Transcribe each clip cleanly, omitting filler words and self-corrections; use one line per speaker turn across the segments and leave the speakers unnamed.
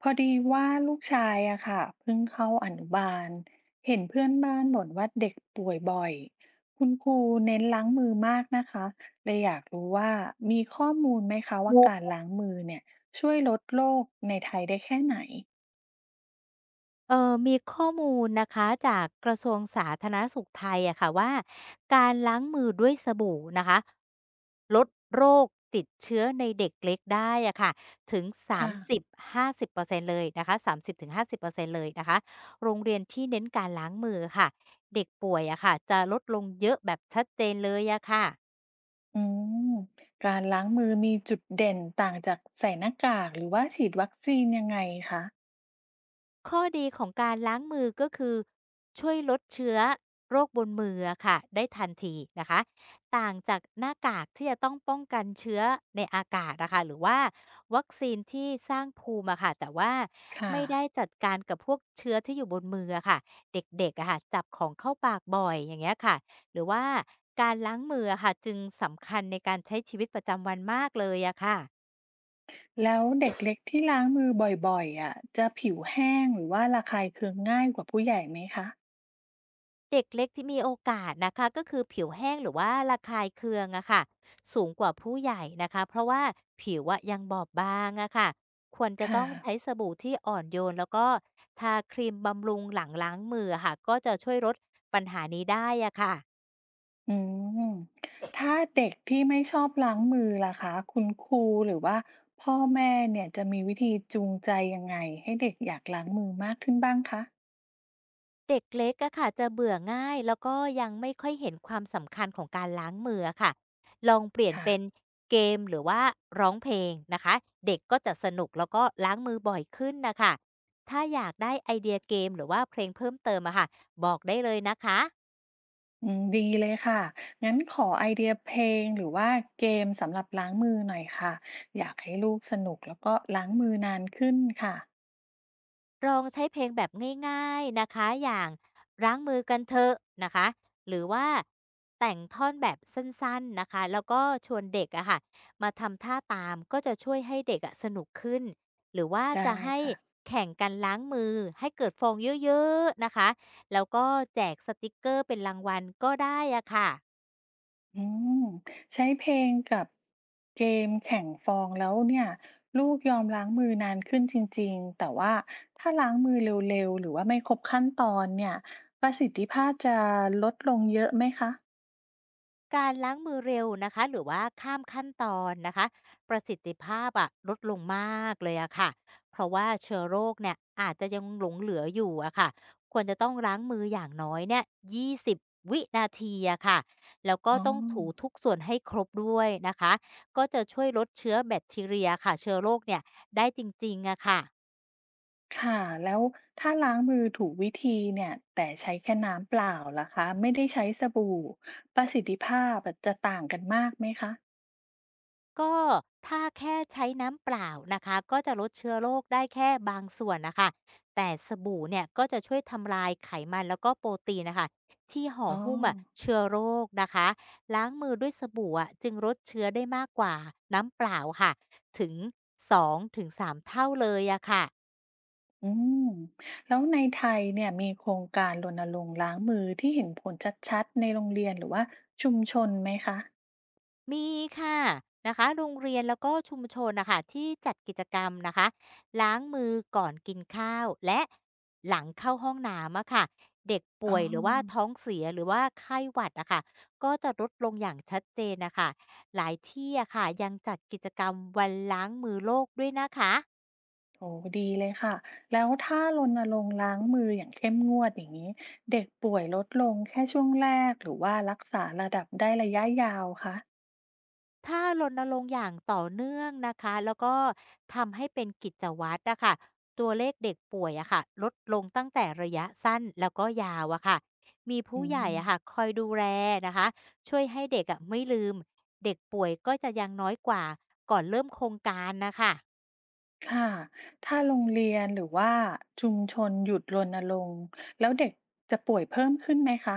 พอดีว่าลูกชายอะค่ะเพิ่งเข้าอนุบาลเห็นเพื่อนบ้านบ่นว่าเด็กป่วยบ่อยคุณครูเน้นล้างมือมากนะคะเลยอยากรู้ว่ามีข้อมูลไหมคะว่าการ
เ
ล้างมือเนี่ยช่วยลดโรคในไทยได้แค่ไหน
มีข้อมูลนะคะจากกระทรวงสาธารณสุขไทยอะค่ะว่าการล้างมือด้วยสบู่นะคะลดโรคติดเชื้อในเด็กเล็กได้อะค่ะถึง
ค่ะ
30-50%เปอร์เซ็นต์เลยนะคะสามสิบห้าสิบเปอร์เซ็นต์เลยนะคะโรงเรียนที่เน้นการล้างมือค่ะเด็กป่วยอะค่ะจะลดลงเยอะแบบชัดเจนเลยอะค่ะ
อืมการล้างมือมีจุดเด่นต่างจากใส่หน้ากากหรือว่าฉีดวัคซีนยังไงคะ
ข้อดีของการล้างมือก็คือช่วยลดเชื้อโรคบนมืออะค่ะได้ทันทีนะคะต่างจากหน้ากากที่จะต้องป้องกันเชื้อในอากาศนะคะหรือว่าวัคซีนที่สร้างภูมิอะค่ะแต่ว่า
ค่ะ
ไม่ได้จัดการกับพวกเชื้อที่อยู่บนมืออะค่ะเด็กๆอะค่ะจับของเข้าปากบ่อยอย่างเงี้ยค่ะหรือว่าการล้างมืออะค่ะจึงสำคัญในการใช้ชีวิตประจำวันมากเลยอะค่ะ
แล้วเด็กเล็กที่ล้างมือบ่อยๆอ่ะจะผิวแห้งหรือว่าระคายเคืองง่ายกว่าผู้ใหญ่ไหมคะ
เด็กเล็กที่มีโอกาสนะคะก็คือผิวแห้งหรือว่าระคายเคืองอะค่ะสูงกว่าผู้ใหญ่นะคะเพราะว่าผิวอะยังบอบบางอะค่ะควรจะ
ค่ะ
ต้องใช้สบู่ที่อ่อนโยนแล้วก็ทาครีมบำรุงหลังล้างมืออะค่ะก็จะช่วยลดปัญหานี้ได้อะค่ะ
อืมถ้าเด็กที่ไม่ชอบล้างมือล่ะคะคุณครูหรือว่าพ่อแม่เนี่ยจะมีวิธีจูงใจยังไงให้เด็กอยากล้างมือมากขึ้นบ้างคะ
เด็กเล็กอะค่ะจะเบื่อง่ายแล้วก็ยังไม่ค่อยเห็นความสำคัญของการล้างมืออะค่ะลองเปลี่ยน
ค่ะ
เป็นเกมหรือว่าร้องเพลงนะคะเด็กก็จะสนุกแล้วก็ล้างมือบ่อยขึ้นนะคะถ้าอยากได้ไอเดียเกมหรือว่าเพลงเพิ่มเติมอะค่ะบอกได้เลยนะคะ
อืมดีเลยค่ะงั้นขอไอเดียเพลงหรือว่าเกมสำหรับล้างมือหน่อยค่ะอยากให้ลูกสนุกแล้วก็ล้างมือนานขึ้นค่ะ
ลองใช้เพลงแบบง่ายๆนะคะ อย่างล้างมือกันเถอะนะคะหรือว่าแต่งท่อนแบบสั้นๆนะคะแล้วก็ชวนเด็กอะค่ะมาทำท่าตามก็จะช่วยให้เด็กอะสนุกขึ้น หรือว่า
ได้
จะให้
ค่ะ
แข่งกันล้างมือให้เกิดฟองเยอะๆนะคะแล้วก็แจกสติกเกอร์เป็นรางวัลก็ได้อะค่ะ
อืมใช้เพลงกับเกมแข่งฟองแล้วเนี่ยลูกยอมล้างมือนานขึ้นจริงๆแต่ว่าถ้าล้างมือเร็วๆหรือว่าไม่ครบขั้นตอนเนี่ยประสิทธิภาพจะลดลงเยอะไหมคะ
การล้างมือเร็วนะคะหรือว่าข้ามขั้นตอนนะคะประสิทธิภาพอะลดลงมากเลยอะค่ะเพราะว่าเชื้อโรคเนี่ยอาจจะยังหลงเหลืออยู่อะค่ะควรจะต้องล้างมืออย่างน้อยเนี่ย20วินาทีอะค่ะแล้วก็
อ๋อ
ต้องถูทุกส่วนให้ครบด้วยนะคะก็จะช่วยลดเชื้อแบคทีเรียค่ะเชื้อโรคเนี่ยได้จริงๆอะค่ะ
ค่ะแล้วถ้าล้างมือถูกวิธีเนี่ยแต่ใช้แค่น้ำเปล่าล่ะคะไม่ได้ใช้สบู่ประสิทธิภาพจะต่างกันมากไหมคะ
ก็ถ้าแค่ใช้น้ำเปล่านะคะก็จะลดเชื้อโรคได้แค่บางส่วนนะคะแต่สบู่เนี่ยก็จะช่วยทำลายไขมันแล้วก็โปรตีนนะคะที่ห่อ
อ๋อ
หุ้มอะเชื้อโรคนะคะล้างมือด้วยสบู่อะจึงลดเชื้อได้มากกว่าน้ำเปล่าค่ะถึง2-3เท่าเลยอะค่ะ
อืมแล้วในไทยเนี่ยมีโครงการรณรงค์ล้างมือที่เห็นผลชัดๆในโรงเรียนหรือว่าชุมชนไหมคะ
มีค่ะนะคะโรงเรียนแล้วก็ชุมชนนะคะที่จัดกิจกรรมนะคะล้างมือก่อนกินข้าวและหลังเข้าห้องน้ำอะค่ะเด็กป่
อ๋อ
วยหรือว่าท้องเสียหรือว่าไข้หวัดอะค่ะก็จะลดลงอย่างชัดเจนนะคะหลายที่อะค่ะยังจัดกิจกรรมวันล้างมือโลกด้วยนะคะ
โหดีเลยค่ะแล้วถ้ารณรงค์ล้างมืออย่างเข้มงวดอย่างนี้เด็กป่วยลดลงแค่ช่วงแรกหรือว่ารักษาระดับได้ระยะยาวคะ
ถ้ารณรงค์อย่างต่อเนื่องนะคะแล้วก็ทำให้เป็นกิจวัตรอะค่ะตัวเลขเด็กป่วยอะค่ะลดลงตั้งแต่ระยะสั้นแล้วก็ยาวอะค่ะมี
อื
ผู้ใหญ่อะค่ะ
ม
คอยดูแลนะคะช่วยให้เด็กอะไม่ลืมเด็กป่วยก็จะยังน้อยกว่าก่อนเริ่มโครงการนะคะ
ค่ะถ้าโรงเรียนหรือว่าชุมชนหยุดรณรงค์แล้วเด็กจะป่วยเพิ่มขึ้นไหมคะ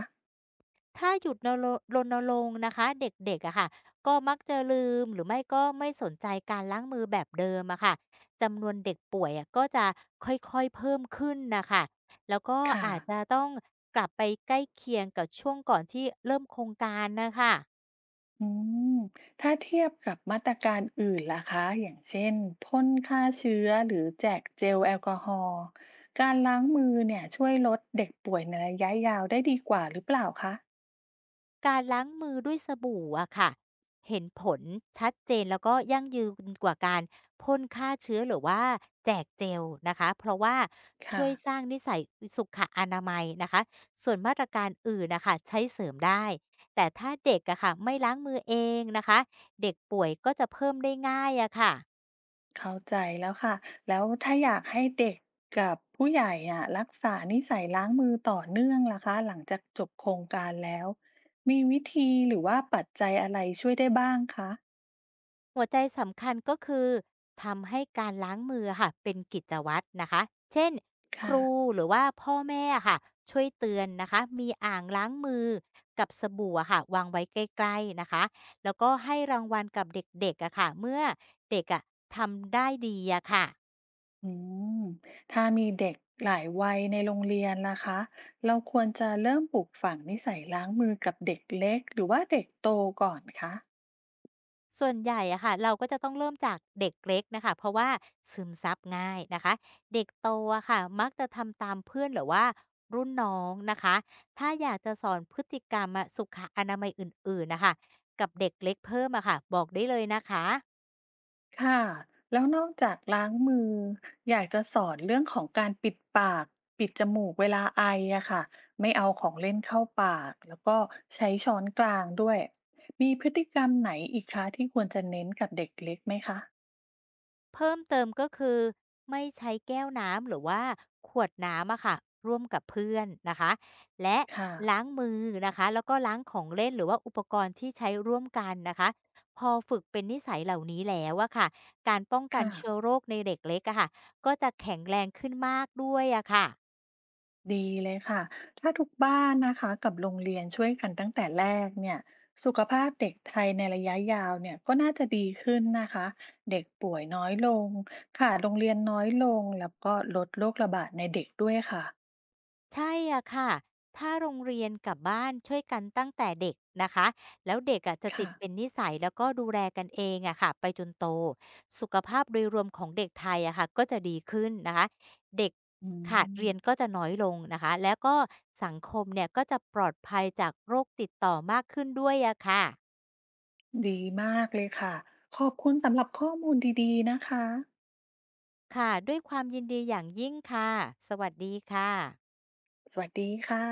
ถ้าหยุดนโลรณรงค์นะคะเด็กๆอะค่ะก็มักจะลืมหรือไม่ก็ไม่สนใจการล้างมือแบบเดิมอะค่ะจำนวนเด็กป่วยอะก็จะค่อยๆเพิ่มขึ้นนะคะแล้วก็
ค่ะ
อาจจะต้องกลับไปใกล้เคียงกับช่วงก่อนที่เริ่มโครงการนะคะ
อืมถ้าเทียบกับมาตรการอื่นล่ะคะอย่างเช่นพ่นฆ่าเชื้อหรือแจกเจลแอลกอฮอล์การล้างมือเนี่ยช่วยลดเด็กป่วยในระยะยาวได้ดีกว่าหรือเปล่าคะ
การล้างมือด้วยสบู่อะค่ะเห็นผลชัดเจนแล้วก็ยั่งยืนกว่าการพ่นฆ่าเชื้อหรือว่าแจกเจลนะคะเพราะว่าช่
ค่ะ
วยสร้างนิสัยสุขอนามัยนะคะส่วนมาตรการอื่นนะคะใช้เสริมได้แต่ถ้าเด็กอะค่ะไม่ล้างมือเองนะคะเด็กป่วยก็จะเพิ่มได้ง่ายอะค่ะ
เข้าใจแล้วค่ะแล้วถ้าอยากให้เด็กกับผู้ใหญ่อ่ะรักษานิสัยล้างมือต่อเนื่องล่ะคะหลังจากจบโครงการแล้วมีวิธีหรือว่าปัจจัยอะไรช่วยได้บ้างคะ
หัวใจสำคัญก็คือทำให้การล้างมือค่ะเป็นกิจวัตรนะคะเช่นค
ค่ะ
รูหรือว่าพ่อแม่ค่ะช่วยเตือนนะคะมีอ่างล้างมือกับสบู่อะค่ะวางไว้ใกล้ๆนะคะแล้วก็ให้รางวัลกับเด็กๆอะค่ะเมื่อเด็กอะทำได้ดีอะค่ะ
อืมถ้ามีเด็กหลายวัยในโรงเรียนล่ะคะเราควรจะเริ่มปลูกฝังนิสัยล้างมือกับเด็กเล็กหรือว่าเด็กโตก่อนคะ
ส่วนใหญ่อะค่ะเราก็จะต้องเริ่มจากเด็กเล็กนะคะเพราะว่าซึมซับง่ายนะคะเด็กโตอะค่ะมักจะทำตามเพื่อนหรือว่ารุ่นน้องนะคะถ้าอยากจะสอนพฤติกรรมอะสุขอนามัยอื่นๆนะคะกับเด็กเล็กเพิ่มอะค่ะบอกได้เลยนะคะ
ค่ะแล้วนอกจากล้างมืออยากจะสอนเรื่องของการปิดปาก ปิดจมูกเวลาไออะค่ะ ไม่เอาของเล่นเข้าปากแล้วก็ใช้ช้อนกลางด้วย มีพฤติกรรมไหนอีกคะที่ควรจะเน้นกับเด็กเล็กไหมคะ
เพิ่มเติมก็คือไม่ใช้แก้วน้ำหรือว่าขวดน้ำอะค่ะร่วมกับเพื่อนนะคะและ
ค่ะ
ล้างมือนะคะแล้วก็ล้างของเล่นหรือว่าอุปกรณ์ที่ใช้ร่วมกันนะคะพอฝึกเป็นนิสัยเหล่านี้แล้วอะค่ะการป้องกัน
ค่ะ
เชื้อโรคในเด็กเล็กอะค่ะก็จะแข็งแรงขึ้นมากด้วยอะค่ะ
ดีเลยค่ะ ถ้าทุกบ้านนะคะกับโรงเรียนช่วยกันตั้งแต่แรกเนี่ยสุขภาพเด็กไทยในระยะยาวเนี่ยก็น่าจะดีขึ้นนะคะเด็กป่วยน้อยลงค่ะโรงเรียนน้อยลง แล้วก็ลดโรคระบาดในเด็กด้วยค่ะ
ใช่อะค่ะถ้าโรงเรียนกับบ้านช่วยกันตั้งแต่เด็กนะคะแล้วเด็กอะจะติ
ค่ะ
ดเป็นนิสัยแล้วก็ดูแลกันเองอะค่ะไปจนโต สุขภาพโดยรวมของเด็กไทยอะค่ะก็จะดีขึ้นนะคะเด็ก
อื
ขาด
ม
เรียนก็จะน้อยลงนะคะแล้วก็สังคมเนี่ยก็จะปลอดภัยจากโรคติดต่อมากขึ้นด้วยอะค่ะ
ดีมากเลยค่ะ ขอบคุณสำหรับข้อมูลดีๆนะคะ
ค่ะด้วยความยินดีอย่างยิ่งค่ะสวัสดีค่ะ
สวัสดีค่ะ